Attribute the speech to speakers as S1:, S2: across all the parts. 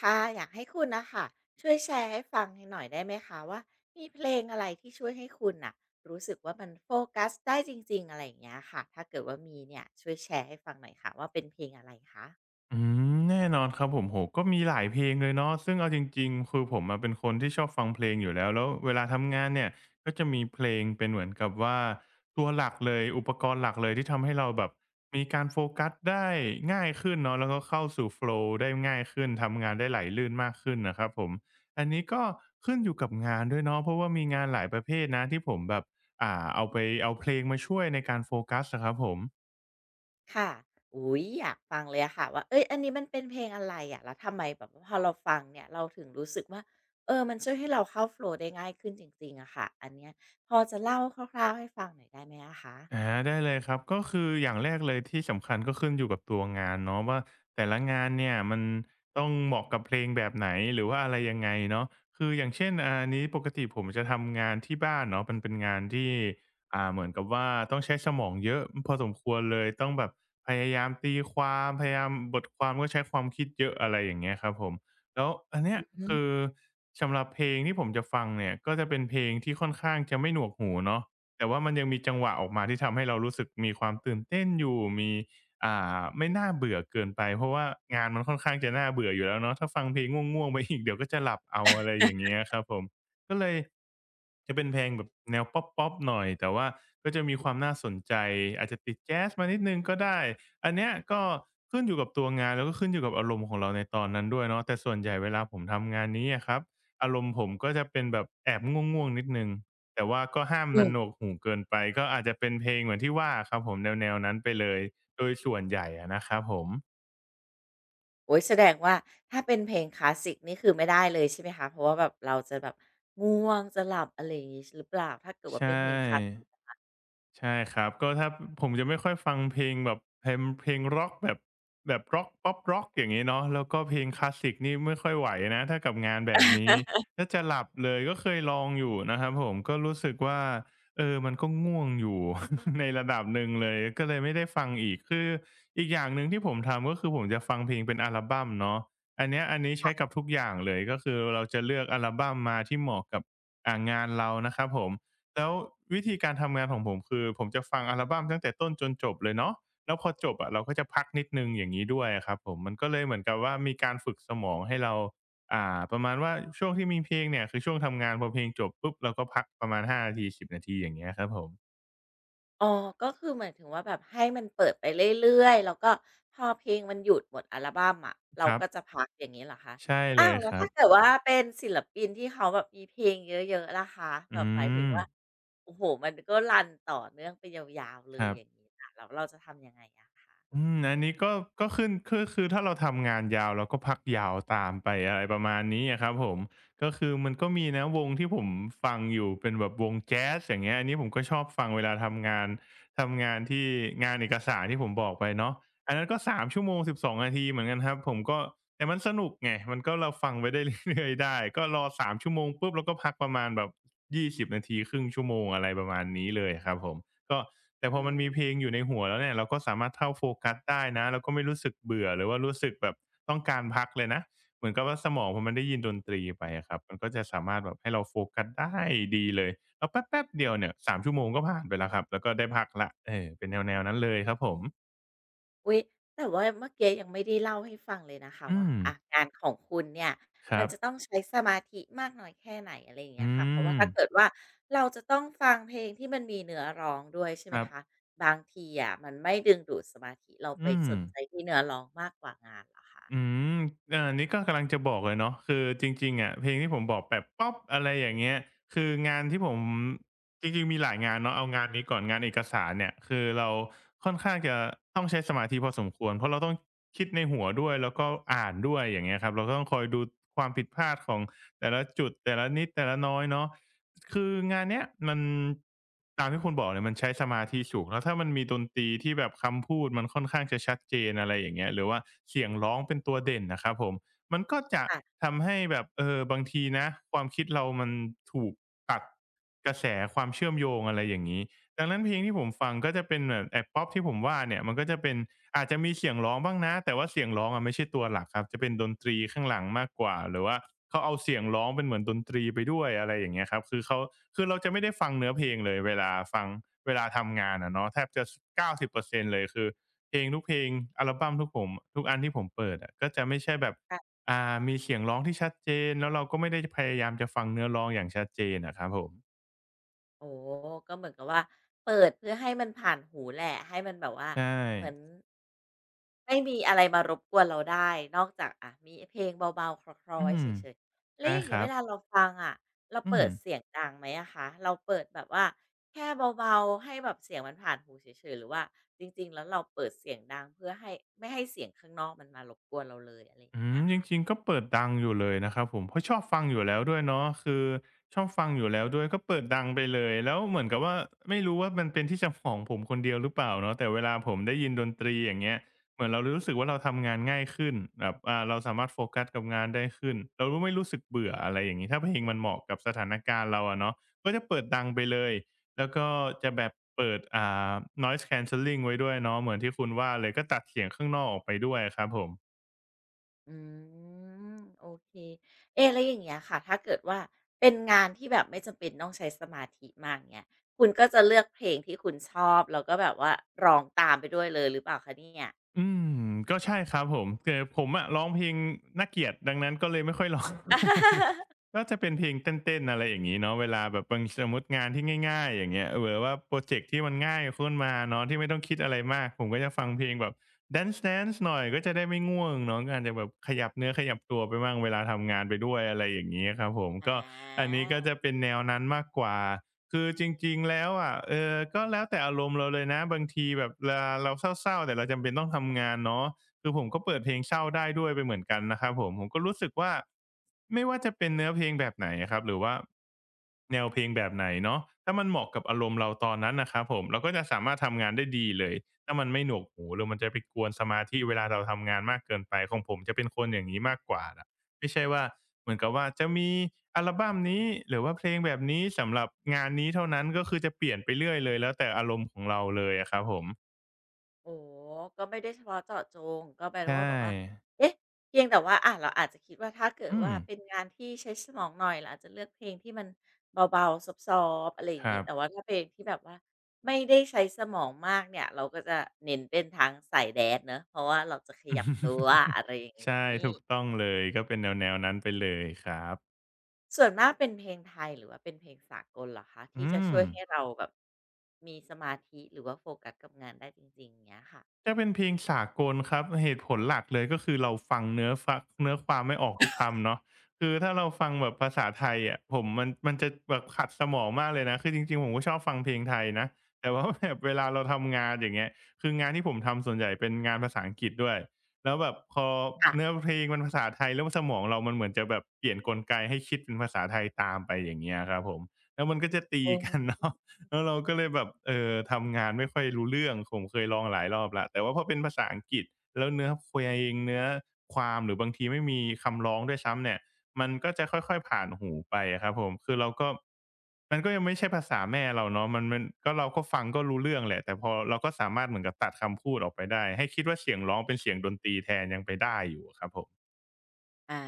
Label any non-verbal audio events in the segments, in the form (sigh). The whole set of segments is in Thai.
S1: ค่ะอยากให้คุณนะคะช่วยแชร์ให้ฟังหน่อยได้ไหมคะว่ามีเพลงอะไรที่ช่วยให้คุณน่ะรู้สึกว่ามันโฟกัสได้จริงๆอะไรอย่างเงี้ยค่ะถ้าเกิดว่ามีเนี่ยช่วยแชร์ให้ฟังหน่อยค่ะว่าเป็นเพลงอะไรคะ
S2: อืแน่นอนครับผมโอโก็มีหลายเพลงเลยเนาะซึ่งเอาจริงๆคือผมมาเป็นคนที่ชอบฟังเพลงอยู่แล้วแล้วเวลาทำงานเนี่ยก็จะมีเพลงเป็นเหมือนกับว่าตัวหลักเลยอุปกรณ์หลักเลยที่ทำให้เราแบบมีการโฟกัสได้ง่ายขึ้นเนาะแล้วก็เข้าสู่โฟลว์ได้ง่ายขึ้นทำงานได้ไหลลื่นมากขึ้นนะครับผมอันนี้ก็ขึ้นอยู่กับงานด้วยเนาะเพราะว่ามีงานหลายประเภทนะที่ผมแบบเอาไปเอาเพลงมาช่วยในการโฟกัสนะครับผม
S1: ค่ะอุ้ยอยากฟังเลยอะค่ะว่าเอ้ยอันนี้มันเป็นเพลงอะไรอะแล้วทำไมแบบว่าพอเราฟังเนี่ยเราถึงรู้สึกว่าเออมันช่วยให้เราเข้าโฟลว์ได้ง่ายขึ้นจริงๆอะค่ะอันเนี้ยพอจะเล่าคร่าวๆให้ฟังหน่อยได้ไหมอะคะ
S2: ได้เลยครับก็คืออย่างแรกเลยที่สำคัญก็ขึ้นอยู่กับตัวงานเนาะว่าแต่ละงานเนี่ยมันต้องเหมาะกับเพลงแบบไหนหรือว่าอะไรยังไงเนาะคืออย่างเช่นอันนี้ปกติผมจะทำงานที่บ้านเนาะมันเป็นงานที่เหมือนกับว่าต้องใช้สมองเยอะพอสมควรเลยต้องแบบพยายามตีความพยายามบทความก็ใช้ความคิดเยอะอะไรอย่างเงี้ยครับผมแล้วอันเนี้ย
S1: อื
S2: คือสำหรับเพลงที่ผมจะฟังเนี่ยก็จะเป็นเพลงที่ค่อนข้างจะไม่หนวกหูเนาะ แต่ว่ามันยังมีจังหวะออกมาที่ทำให้เรารู้สึกมีความตื่นเต้นอยู่มีอ่ไม่น่าเบื่อเกินไปเพราะว่างานมันค่อนข้างจะน่าเบื่ออยู่แล้วเนาะถ้าฟังเพลงง่วงๆไปอีกเดี๋ยวก็จะหลับเอาอะไรอย่างเงี้ยครับผมก็เลยจะเป็นเพลงแบบแนวป๊อปๆหน่อยแต่ว่าก็จะมีความน่าสนใจอาจจะติดแจ๊สมานิดหนึ่งก็ได้อันเนี้ยก็ขึ้นอยู่กับตัวงานแล้วก็ขึ้นอยู่กับอารมณ์ของเราในตอนนั้นด้วยเนาะแต่ส่วนใหญ่เวลาผมทำงานนี้อะครับอารมณ์ผมก็จะเป็นแบบแอบง่วงๆนิดหนึ่ง แต่ว่าก็ห้ามมันหน
S1: ม
S2: วกหูเกินไปก็อาจจะเป็นเพลงเหมือนที่ว่าครับผมแนวๆนั้นไปเลยโดยส่วนใหญ่อะนะครับผม
S1: โอ๊ยแสดงว่าถ้าเป็นเพลงคลาสสิกนี่คือไม่ได้เลยใช่ไหมคะเพราะว่าแบบเราจะแบบง่วงจะหลับอะไรอย่างงี้ชหรือเปล่าถ้าเกิดว่า
S2: ใช่
S1: เป็นเพลงคลาสสิก
S2: ใช่ครับก็ถ้าผมจะไม่ค่อยฟังเพลงแบบเพลงร็อกแบบร็อกป๊อปร็อกอย่างนี้เนาะแล้วก็เพลงคลาสสิกนี่ไม่ค่อยไหวนะถ้ากับงานแบบนี้ถ้าจะหลับเลยก็เคยลองอยู่นะครับผมก็รู้สึกว่าเออมันก็ง่วงอยู่ (laughs) ในระดับหนึ่งเลยก็เลยไม่ได้ฟังอีกคืออีกอย่างหนึ่งที่ผมทำก็คือผมจะฟังเพลงเป็นอัลบัมเนาะอันเนี้ยอันนี้ใช้กับทุกอย่างเลยก็คือเราจะเลือกอัลบัมมาที่เหมาะกับงานเรานะครับผม แล้ววิธีการทำงานของผมคือผมจะฟังอัลบัมตั้งแต่ต้นจนจบเลยเนาะแล้วพอจบอะเราก็จะพักนิดหนึ่งอย่างงี้ด้วยอะครับผมมันก็เลยเหมือนกับว่ามีการฝึกสมองให้เราประมาณว่าช่วงที่มีเพลงเนี่ยคือช่วงทำงานพอเพลงจบปุ๊บเราก็พักประมาณ5นาที10นาทีอย่างเงี้ยครับผม
S1: อ๋อก็คือหมายถึงว่าแบบให้มันเปิดไปเรื่อยๆแล้วก็พอเพลงมันหยุดหมดอัลบัมอะเรา
S2: ครั
S1: ก็จะ
S2: บ
S1: พักอย่างงี้เหรอคะ
S2: ใช่
S1: อ้า
S2: เล
S1: ว
S2: ย
S1: แล้
S2: ค
S1: ว
S2: รับ
S1: ถ้าเกิดว่าเป็นศิลปินที่เขาแบบมีเพลงเยอะๆล่ะคะแบ
S2: อื
S1: บหมายถึง
S2: ม
S1: ว่าโอ้โฮมันก็รันต่อเนื่องไปยาวๆเล
S2: ค
S1: ย
S2: รั
S1: อย่าง
S2: บ
S1: งี้ล่ะแล้วเราจะทำยังไงอะคะ
S2: อันนี้ก็ขึ้นคือถ้าเราทำงานยาวเราก็พักยาวตามไปอะไรประมาณนี้อะครับผมก็คือมันก็มีนะวงที่ผมฟังอยู่เป็นแบบวงแจ๊สอย่างเงี้ยอันนี้ผมก็ชอบฟังเวลาทำงานทำงานที่งานเอกสารที่ผมบอกไปเนาะอันนั้นก็3ชั่วโมง12นาทีเหมือนกันครับผมก็แต่มันสนุกไงมันก็เราฟังไปได้เรื่อยๆได้ก็รอ3ชั่วโมงปุ๊บแล้วก็พักประมาณแบบ20นาทีครึ่งชั่วโมงอะไรประมาณนี้เลยครับผม ก็แต่พอ
S1: อื
S2: มันมีเพ
S1: ม
S2: ลงอยู่ในหัวแล้วเนี่ยเราก็สามารถเข้าโฟกัสได้นะเราก็ไม่รู้สึกเบื่อหรือว่ารู้สึกแบบต้องการพักเลยนะเหมือนกับว่าสมองพอมันได้ยินดนตรีไปอะครับมันก็จะสามารถแบบให้เราโฟกัสได้ดีเลยแล้วแป๊บๆเดียวเนี่ย3ชั่วโมงก็ผ่านไปแล้วครับแล้วก็ได้พักแล้วเออเป็นแนวๆนั้นเลยครับผม
S1: อุ๊ยแต่ว่าเมื่อกี้ยังไม่ได้เล่าให้ฟังเลยนะคะ
S2: อื
S1: ว่า
S2: ม
S1: อะงานของคุณเนี่ย
S2: ค
S1: มั
S2: รั
S1: นจะต้อง
S2: บ
S1: ใช้สมาธิมากน้อยแค่ไหนอะไรอย่างเงี้
S2: อื
S1: ยค่ะเพราะว่า
S2: ม
S1: ถ้าเกิดว่าเราจะต้องฟังเพลงที่มันมีเนื้อร้องด้วยใช่ไห
S2: ค
S1: ม
S2: รั
S1: คะ
S2: บ
S1: บางทีอะมันไม่ดึงดูดสมาธิเราไป
S2: อืม
S1: สนใจที่เนื้อร้องมากกว่างานเหรอคะ
S2: อืมเอ่านี่ก็กำลังจะบอกเลยเนาะคือจริงๆอะเพลงที่ผมบอกแบบป๊อปอะไรอย่างเงี้ยคืองานที่ผมจริงๆมีหลายงานเนาะเอางานนี้ก่อนงานเอกสารเนี่ย คือเราค่อนข้างจะต้องใช้สมาธิพอสมควร เพราะเราต้องคิดในหัวด้วย แล้วก็อ่านด้วยอย่างเงี้ยครับเราก็ต้องคอยดูความผิดพลาดของ แต่ละจุดแต่ละนิดแต่ละน้อยเนาะคืองานเนี้ยมันตามที่คุณบอกเนี่ยมันใช้สมาธิสูงแล้วถ้ามันมีดนตรีที่แบบคำพูดมันค่อนข้างจะชัดเจนอะไรอย่างเงี้ยหรือว่าเสียงร้องเป็นตัวเด่นนะครับผมมันก็จะ
S1: ค่ะ
S2: ทำให้แบบบางทีนะความคิดเรามันถูกตัดกระแสความเชื่อมโยงอะไรอย่างงี้ ดังนั้นเพลงที่ผมฟังก็จะเป็นแบบแอบป๊อปที่ผมว่าเนี่ยมันก็จะเป็นอาจจะมีเสียงร้องบ้างนะแต่ว่าเสียงร้องอะไม่ใช่ตัวหลักครับจะเป็นดนตรีข้างหลังมากกว่าหรือว่าเขาเอาเสียงร้องเป็นเหมือนดนตรีไปด้วยอะไรอย่างเงี้ยครับคือเราจะไม่ได้ฟังเนื้อเพลงเลยเวลาฟังเวลาทำงานอะเนาะแทบจะ90%เปอร์เซ็นต์เลยคือเพลงทุกเพลงอัลบัมทุกอันที่ผมเปิดอะก็จะไม่ใช่แบบมีเสียงร้องที่ชัดเจนแล้วเราก็ไม่ได้พยายามจะฟังเนื้อร้องอย่างชัดเจนอะครับผม
S1: โอ้โก็เหมือนกับว่าเปิดเพื่อให้มันผ่านหูแหละให้มันแบบว่า
S2: ใช่
S1: เหมือนไม่มีอะไรมารบกวนเราได้นอกจากอ่ะมีเพลงเบาๆคลอๆ้
S2: อื
S1: ไว้
S2: ม
S1: เฉยๆแล้ว
S2: ใช่
S1: อย่าง
S2: ค
S1: เงี้
S2: รั
S1: ยเว
S2: บ
S1: ลาเราฟังอ่ะเรา
S2: อื
S1: เปิ
S2: ม
S1: ดเสียงดังไหมอะคะเราเปิดแบบว่าแค่เบาๆให้แบบเสียงมันผ่านหูเฉยๆหรือว่าจริงๆแล้วเราเปิดเสียงดังเพื่อให้ไม่ให้เสียงข้างนอกมันมารบกวนเราเลยอะไรอย่า
S2: อื
S1: งเงี้
S2: ม
S1: ย
S2: จ
S1: ค่ะ
S2: ริงๆ ก็เปิดดังอยู่เลยนะครับผม เพราะชอบฟังอยู่แล้วด้วยเนาะคือชอบฟังอยู่แล้วด้วยก็เปิดดังไปเลย แล้วเหมือนกับว่าไม่รู้ว่ามันเป็นที่จำของผมคนเดียวหรือเปล่าเนาะแต่เวลาผมได้ยินดนตรีอย่างเงี้ยเหมือนเรารู้สึกว่าเราทำงานง่ายขึ้นแบบเราสามารถโฟกัสกับงานได้ขึ้นเรารู้ไม่รู้สึกเบื่ออะไรอย่างงี้ถ้าเพลงมันเหมาะกับสถานการณ์เราอะเนาะก็จะเปิดดังไปเลยแล้วก็จะแบบเปิดา noise cancelling ไว้ด้วยเนาะเหมือนที่คุณว่าเลยก็ตัดเสียงข้างนอกออกไปด้วยครับผม
S1: อืมโอเคเอ๊ะแล้วอย่างเงี้ยค่ะถ้าเกิดว่าเป็นงานที่แบบไม่จำเป็นต้องใช้สมาธิมากเงี้ยคุณก็จะเลือกเพลงที่คุณชอบแล้วก็แบบว่าร้องตามไปด้วยเลยหรือเปล่าคะเนี่ย
S2: อืมก็ใช่ครับผมแต่ผมอะร้องเพลงน่าเกลียดดังนั้นก็เลยไม่ค่อยร้อง
S1: (laughs)
S2: ก็จะเป็นเพลงเต้นๆอะไรอย่างงี้เนาะเวลาแบบบางสมมุติงานที่ง่ายๆอย่างเงี้ยหรือว่าพรอเจกต์ที่มันง่ายขึ้นมาเนาะที่ไม่ต้องคิดอะไรมากผมก็จะฟังเพลงแบบ Dance Dance หน่อยก็จะได้ไม่ง่วงเนาะกอาจจะแบบขยับเนื้อขยับตัวไปบ้างเวลาทำงานไปด้วยอะไรอย่างงี้ครับผมก็อันนี้ก็
S1: อา
S2: จะเป็นแนวนั้นมากกว่าคือจริงๆแล้วอะก็แล้วแต่อารมณ์เราเลยนะบางทีแบบเวลาเราเศร้าๆแต่เราจำเป็นต้องทำงานเนาะ คือผมก็เปิดเพลงเศร้าได้ด้วยไปเหมือนกันนะครับผมก็รู้สึกว่าไม่ว่าจะเป็นเนื้อเพลงแบบไหนอะครับหรือว่าแนวเพลงแบบไหนเนาะถ้ามันเหมาะกับอารมณ์เราตอนนั้นนะครับผมเราก็จะสามารถทำงานได้ดีเลยถ้ามันไม่หนวกหูหรือมันจะไปกวนสมาธิเวลาเราทำงานมากเกินไปของผมจะเป็นคนอย่างงี้มากกว่าน่ะไม่ใช่ว่าเหมือนกับว่าจะมีอัลบัมนี้หรือว่าเพลงแบบนี้สำหรับงานนี้เท่านั้นก็คือจะเปลี่ยนไปเรื่อยเลยแล้วแต่อารมณ์ของเราเลยอะครับผม
S1: โอ้ก็ไม่ได้เฉพาะเจาะจงก็แปล
S2: ใช
S1: ว่าแบบว่า
S2: ่
S1: เอ๊ะเพียงแต่ว่าอาเราอาจจะคิดว่าถ้าเกิด
S2: อืม
S1: ว่าเป็นงานที่ใช้สมองหน่อยเราอาจจะเลือกเพลงที่มันเบาๆซอฟต์ๆอะไรอ
S2: ค
S1: ย่างงี้
S2: รับ
S1: แต่ว่าถ้าเพลงที่แบบว่าไม่ได้ใช้สมองมากเนี่ยเราก็จะเน้นเป็นทางสายแดนซ์เนาะเพราะว่าเราจะขยับตัวอะไร
S2: (laughs)
S1: อย่าง
S2: ใช่ถู
S1: งี้
S2: กต้องเลยก็เป็นแนวๆนวนั้นไปเลยครับ
S1: ส่วนมากเป็นเพลงไทยหรือว่าเป็นเพลงสากลเหรอคะที่
S2: อื
S1: จะ
S2: ม
S1: ช่วยให้เราแบบมีสมาธิหรือว่าโฟกัสกับงานได้จริงๆเงี้ยค่ะ
S2: จะเป็นเพลงสากลครับเหตุผลหลักเลยก็คือเราฟังเนื้อฟักเนื้อความไม่ออกทุกคำเนาะคือถ้าเราฟังแบบภาษาไทยอะผมมันจะแบบขัดสมองมากเลยนะคือจริงๆผมก็ชอบฟังเพลงไทยนะแต่ว่าแบบเวลาเราทำงานอย่างเงี้ยคืองานที่ผมทำส่วนใหญ่เป็นงานภาษาอังกฤษด้วยแล้วแบบพอ
S1: ค่ะ
S2: เนื้อเพลงมันภาษาไทยแล้วสมองเรามันเหมือนจะแบบเปลี่ยนกลไกให้คิดเป็นภาษาไทยตามไปอย่างเงี้ยครับผมแล้วมันก็จะตี
S1: โอ้
S2: กันเนาะ แล้วเราก็เลยแบบทำงานไม่ค่อยรู้เรื่องผมเคยลองหลายรอบแล้วแต่ว่าพอเป็นภาษาอังกฤษแล้วเนื้อเพลงเนื้อความหรือบางทีไม่มีคำร้องด้วยซ้ำเนี่ยมันก็จะค่อยๆผ่านหูไปอะครับผมคือเราก็มันก็ยังไม่ใช่ภาษาแม่เราเนาะมันก็เราก็ฟังก็รู้เรื่องแหละแต่พอเราก็สามารถเหมือนกับตัดคำพูดออกไปได้ให้คิดว่าเสียงร้องเป็นเสียงดนตรีแทนยังไปได้อยู่อะครับผม
S1: อา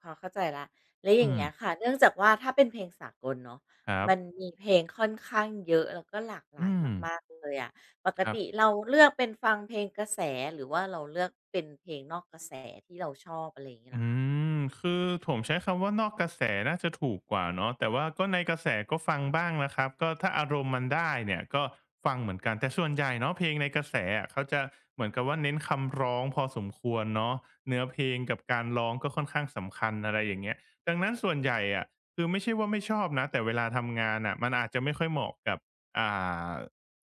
S1: พอเข้าใจแล้วแล้วอย่า
S2: อื
S1: ง
S2: ม
S1: เงี้ยค่ะเนื่องจากว่าถ้าเป็นเพลงสากลเนาะ
S2: ครั
S1: มัน
S2: บ
S1: มีเพลงค่อนข้างเยอะแล้วก็หลากหลา
S2: อื
S1: ย
S2: ม
S1: มากๆเลยอะปก
S2: ครับ
S1: ติเราเลือกเป็นฟังเพลงกระแสหรือว่าเราเลือกเป็นเพลงนอกกระแสที่เราชอบอะไรอย่างงี้เหร
S2: อื
S1: อคะ
S2: มคือผมใช้คำว่านอกกระแสน่าจะถูกกว่าเนาะแต่ว่าก็ในกระแสก็ฟังบ้างนะครับก็ถ้าอารมณ์มันได้เนี่ยก็ฟังเหมือนกันแต่ส่วนใหญ่เนาะเพลงในกระแสอะเขาจะเหมือนกับว่าเน้นคำร้องพอสมควรเนาะเนื้อเพลงกับการร้องก็ค่อนข้างสำคัญอะไรอย่างเงี้ยดังนั้นส่วนใหญ่อะคือไม่ใช่ว่าไม่ชอบนะแต่เวลาทำงานน่ะมันอาจจะไม่ค่อยเหมาะกับอ่า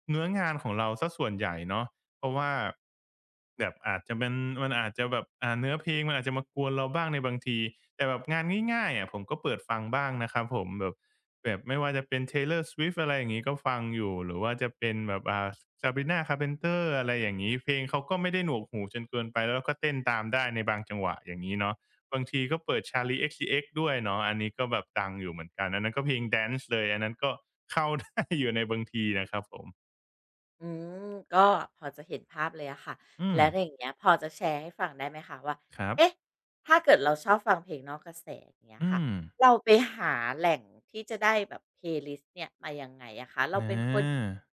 S2: เนื้องานของเราเสียส่วนใหญ่เนาะ เพราะว่าแบบอาจจะเป็นมันอาจจะแบบเนื้อเพลงมันอาจจะมากวนเราบ้างในบางทีแต่แบบงานง่ายๆอะผมก็เปิดฟังบ้างนะครับผมแบบแบบไม่ว่าจะเป็น Taylor Swift อะไรอย่างนี้ก็ฟังอยู่หรือว่าจะเป็นแบบSabrina Carpenter อะไรอย่างนี้เพลงเขาก็ไม่ได้หนวกหูจนเกินไปแล้วก็เต้นตามได้ในบางจังหวะอย่างนี้เนาะบางทีก็เปิด Charlie XCX ด้วยเนาะอันนี้ก็แบบดังอยู่เหมือนกันอันนั้นก็เพลงแดนซ์เลยอันนั้นก็เข้า (laughs) ได้อยู่ในบางทีนะครับผม
S1: อืมก็พอจะเห็นภาพเลยอะค่ะ
S2: อืม
S1: แล้วอย่างเงี้ยพอจะแชร์ให้ฟังได้ไหมคะว่า
S2: ครั
S1: เอ๊ะ
S2: บ
S1: ถ้าเกิดเราชอบฟังเพลงนอกกระแสอย่างเงี้ย
S2: อื
S1: ค่ะ
S2: ม
S1: เราไปหาแหล่งที่จะได้แบบ Playlist เนี่ยมายังไงอะคะเรา
S2: ่ย
S1: เป็นคน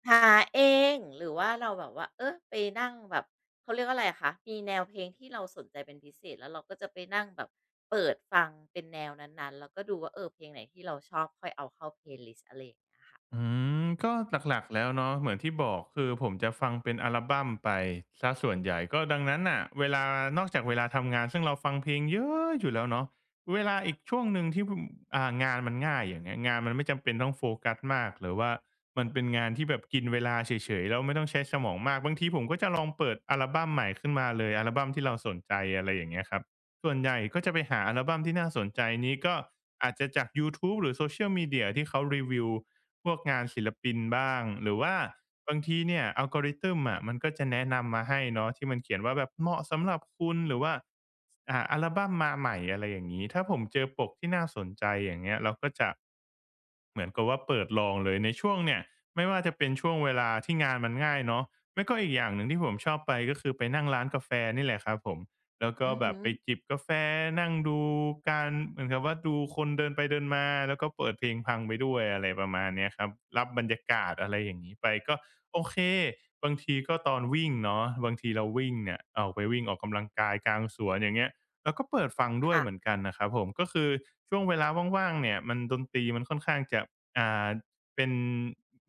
S1: หาเองหรือว่าเราแบบว่าเออไปนั่งแบบเขาเรียกว่าอะไรอะคะมีแนวเพลงที่เราสนใจเป็นพิเศษแล้วเราก็จะไปนั่งแบบเปิดฟังเป็นแนวนั้นๆแล้วก็ดูว่าเออเพลงไหนที่เราชอบค่อยเอาเข้า Playlist อะไรอย่างเงี้ย
S2: อืมก็หลักๆแล้วเนาะเหมือนที่บอกคือผมจะฟังเป็นอัลบัมไปเสียส่วนใหญ่ก็ดังนั้นน่ะเวลานอกจากเวลาทำงานซึ่งเราฟังเพลงเยอะอยู่แล้วเนาะเวลาอีกช่วงหนึ่งที่พงานมันง่ายอย่างเงี้ยงานมันไม่จำเป็นต้องโฟกัสมากหรือว่ามันเป็นงานที่แบบกินเวลาเฉยๆแล้วไม่ต้องใช้สมองมากบางทีผมก็จะลองเปิดอัลบัมใหม่ขึ้นมาเลยอัลบัมที่เราสนใจอะไรอย่างเงี้ยครับส่วนใหญ่ก็จะไปหาอัลบัมที่น่าสนใจนี้ก็อาจจะจากยูทูบหรือ Social Media ที่เขารีวิว พวกงานศิลปินบ้างหรือว่าบางทีเนี่ยอั l กอ r i ทึมอะมันก็จะแนะนำมาให้เนาะที่มันเขียนว่าแบบเหมาะสำหรับคุณหรือว่าอัลบัมมาใหม่อะไรอย่างนี้ถ้าผมเจอปกที่น่าสนใจอย่างเงี้ยเราก็จะเหมือนกับว่าเปิดลองเลยในช่วงเนี่ยไม่ว่าจะเป็นช่วงเวลาที่งานมันง่ายเนาะไม่ก็อีกอย่างหนึ่งที่ผมชอบไปก็คือไปนั่งร้านกาแฟนี่แหละครับผม แล้วก็
S1: อือ
S2: แบ
S1: ฮึ
S2: บไปจิบกาแฟนั่งดูการเหมือนกับว่าดูคนเดินไปเดินมาแล้วก็เปิดเพลงพังไปด้วยอะไรประมาณเนี้ยครับรับบรรยากาศอะไรอย่างงี้ไปก็โอเคบางทีก็ตอนวิ่งเนาะบางทีเราวิ่งเนี่ยออกไปวิ่งออกกำลังกายกลางสวนอย่างเงี้ยเราก็เปิดฟังด้วย
S1: ค่ะ
S2: เหมือนกันนะครับผมก็คือช่วงเวลาว่างๆเนี่ยมันดนตรีมันค่อนข้างจะอ่าเป็น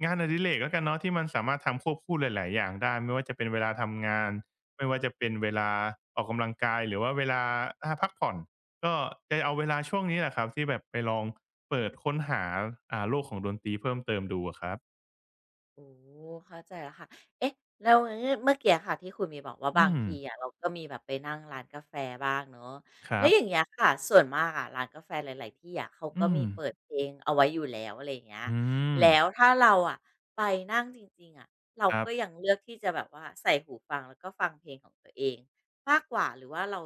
S2: งานอดิเรกแล้วกันเนาะที่มันสามารถทำควบคู่หลายๆอย่างได้ไม่ว่าจะเป็นเวลาทำงาน ไม่ว่าจะเป็นเวลาออกกำลังกายหรือว่าเวลาพักผ่อนก็จะเอาเวลาช่วงนี้แหละครับที่แบบไปลองเปิดค้นหาโลกของดนตรีเพิ่มเติมดูอะครับ
S1: โอ้เข้าใจแล้วค่ะเอ๊ะแล้วเมื่อกี้อะค่ะที่คุณมีบอกว่า
S2: อื
S1: บาง
S2: ม
S1: ทีอะเราก็มีแบบไปนั่งร้านกาแฟบ้างเนาะ
S2: ค
S1: แล้
S2: รั
S1: ว
S2: บ
S1: อย่างเงี้ยค่ะส่วนมากอะร้านกาแฟหลายๆที่อะเขาก็
S2: อืม
S1: มีเปิดเพลงเอาไว้อยู่แล้วอะไรอย่างเงี้ย
S2: อืม
S1: แล้วถ้าเราอะไปนั่งจริงๆอะเรา
S2: ครับ
S1: ก็ยังเลือกที่จะแบบว่าใส่หูฟังแล้วก็ฟังเพลงของตัวเองมากกว่าหรือว่าเรา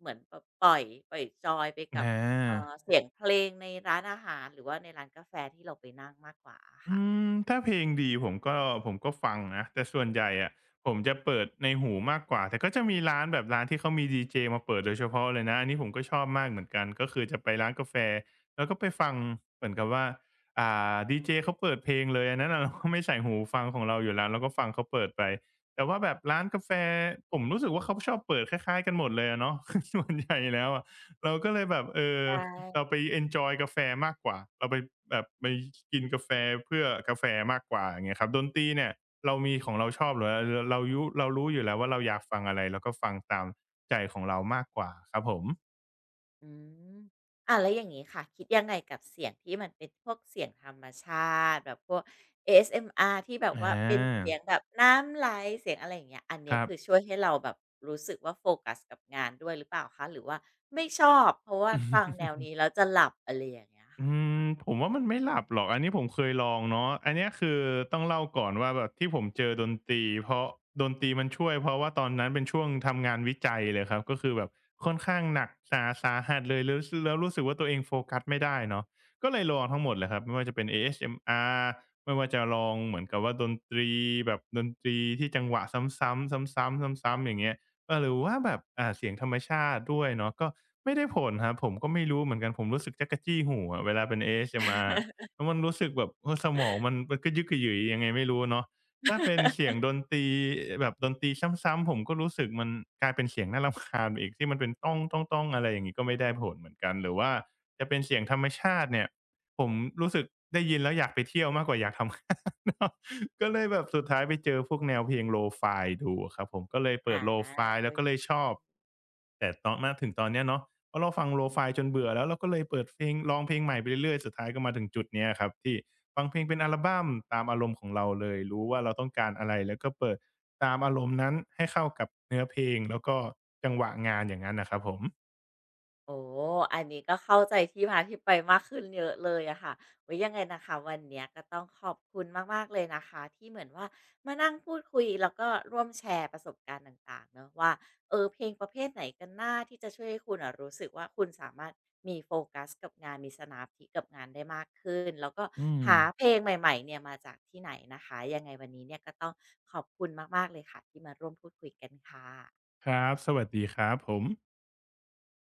S1: เหมือนแบบปล่อยจอยไปกับ
S2: อา
S1: เอ่อเสียงเพลงในร้านอาหารหรือว่าในร้านกาแฟที่เราไปนั่งมากกว่าอะ
S2: อื
S1: คะ
S2: มถ้าเพลงดีผมก็ผมก็ฟังนะแต่ส่วนใหญ่อะผมจะเปิดในหูมากกว่าแต่ก็จะมีร้านแบบร้านที่เขามีดีเจมาเปิดโดยเฉพาะเลยนะอันนี้ผมก็ชอบมากเหมือนกันก็คือจะไปร้านกาแฟแล้วก็ไปฟังเหมือนกับว่าอ่ดีเจเขาเปิดเพลงเลยอันนั้นน่ะเราก็ไม่ใส่หูฟังของเราอยู่แล้วเราก็ฟังเขาเปิดไปแต่ว่าแบบร้านกาแฟผมรู้สึกว่าเขาชอบเปิดคล้ายๆกันหมดเลยอะเนาะ (laughs) ส่วนใหญ่แล้วอะเราก็เลยแบบเออ
S1: ใช
S2: เรา
S1: ่
S2: ไปเอนจอยกาแฟมากกว่าเราไปแบบไปกินกาแฟเพื่อกาแฟมากกว่าอย่างเงี้ยครับดนตรีเนี่ยเรามีของเราชอบหรือเราเรายุเรารู้อยู่แล้วว่าเราอยากฟังอะไรเราก็ฟังตามใจของเรามากกว่าครับผม
S1: อืมอ่ะแล้วอย่างนี้ค่ะคิดยังไงกับเสียงที่มันเป็นพวกเสียงธรรมชาติแบบพวก ASMR ที่แบบ
S2: อ
S1: ว่าเป็นเสี
S2: า
S1: ยงแบบน้ำไหลเสียงอะไรอย่างเงี้ยอัน
S2: ค
S1: เนี้ย
S2: รั
S1: คือช่
S2: บ
S1: วยให้เราแบบรู้สึกว่าโฟกัสกับงานด้วยหรือเปล่าคะหรือว่าไม่ชอบเพราะว่าฟังแนวนี้แล้วจะหลับอะไรอย่างเงี้ยค่ะ
S2: อืมผมว่ามันไม่หลับหรอกอันนี้ผมเคยลองเนาะอันเนี้ยคือต้องเล่าก่อนว่าแบบที่ผมเจอดนตรีเพราะดนตรีมันช่วยเพราะว่าตอนนั้นเป็นช่วงทำงานวิจัยเลยครับก็คือแบบค่อนข้างหนักสาสาหัสเลยแล้วแล้วรู้สึกว่าตัวเองโฟกัสไม่ได้เนาะก็เลยลองทั้งหมดเลยครับไม่ว่าจะเป็นเอเอสเอ็มอาร r ไม่ว่าจะลองเหมือนกับว่าดนตรีแบบดนตรีที่จังหวะซ้ำๆซ้ำๆซ้ำๆอย่างเงี้ย เออหรือว่าแบบเสียงธรรมชาติด้วยเนาะก็ไม่ได้ผลครับผมก็ไม่รู้เหมือนกันผมรู้สึกจักกจี้หูอะเวลาเป็น ASMR แล้วมันรู้สึกแบบเออสมองมันมันก็ยึกกระยือยังไงไม่รู้เนาะถ้าเป็นเสียงดนตรีแบบดนตรีซ้ำๆผมก็รู้สึกมันกลายเป็นเสียงน่ารำคาญไปอีกที่มันเป็นต้องต้องต้องอะไรอย่างงี้ก็ไม่ได้ผลเหมือนกันหรือว่าจะเป็นเสียงธรรมชาติเนี่ยผมรู้สึกได้ยินแล้วอยากไปเที่ยวมากกว่าอยากทำงาน (laughs) ก็เลยแบบสุดท้ายไปเจอพวกแนวเพลง Lo-fi ดูครับผมก็เลยเปิ
S1: อา
S2: ดโลฟายแล้วก็เล
S1: อ
S2: ยชอบแต่ตอนมาถึงตอนเนี้ยเนาะเพราะเราฟัง Lo-fi จนเบื่อแล้วเราก็เลยเปิดเพลงลองเพลงใหม่ไปเรื่อยๆสุดท้ายก็มาถึงจุดเนี้ยครับที่ฟังเพลงเป็นอัลบัมตามอารมณ์ของเราเลยรู้ว่าเราต้องการอะไรแล้วก็เปิดตามอารมณ์นั้นให้เข้ากับเนื้อเพลงแล้วก็จังหวะงานอย่างงั้นน่ะครับผม
S1: โอ้อันนี้ก็เข้าใจที่มาที่ไปมากขึ้นเยอะเลยอะค่ะไว้ยังไงนะคะวันเนี้ยก็ต้องขอบคุณมากๆเลยนะคะที่เหมือนว่ามานั่งพูดคุยแล้วก็ร่วมแชร์ประสบการณ์ต่างๆเนอะว่าเออเพลงประเภทไหนกันหน้าที่จะช่วยให้คุณอะรู้สึกว่าคุณสามารถมีโฟกัสกับงานมีสมาธิกับงานได้มากขึ้นแล้วก็
S2: อืม
S1: หาเพลงใหม่ๆเนี่ยมาจากที่ไหนนะคะยังไงวันนี้เนี่ยก็ต้องขอบคุณมากๆเลยค่ะที่มาร่วมพูดคุยกันค่ะ
S2: ครับสวัสดีครับผม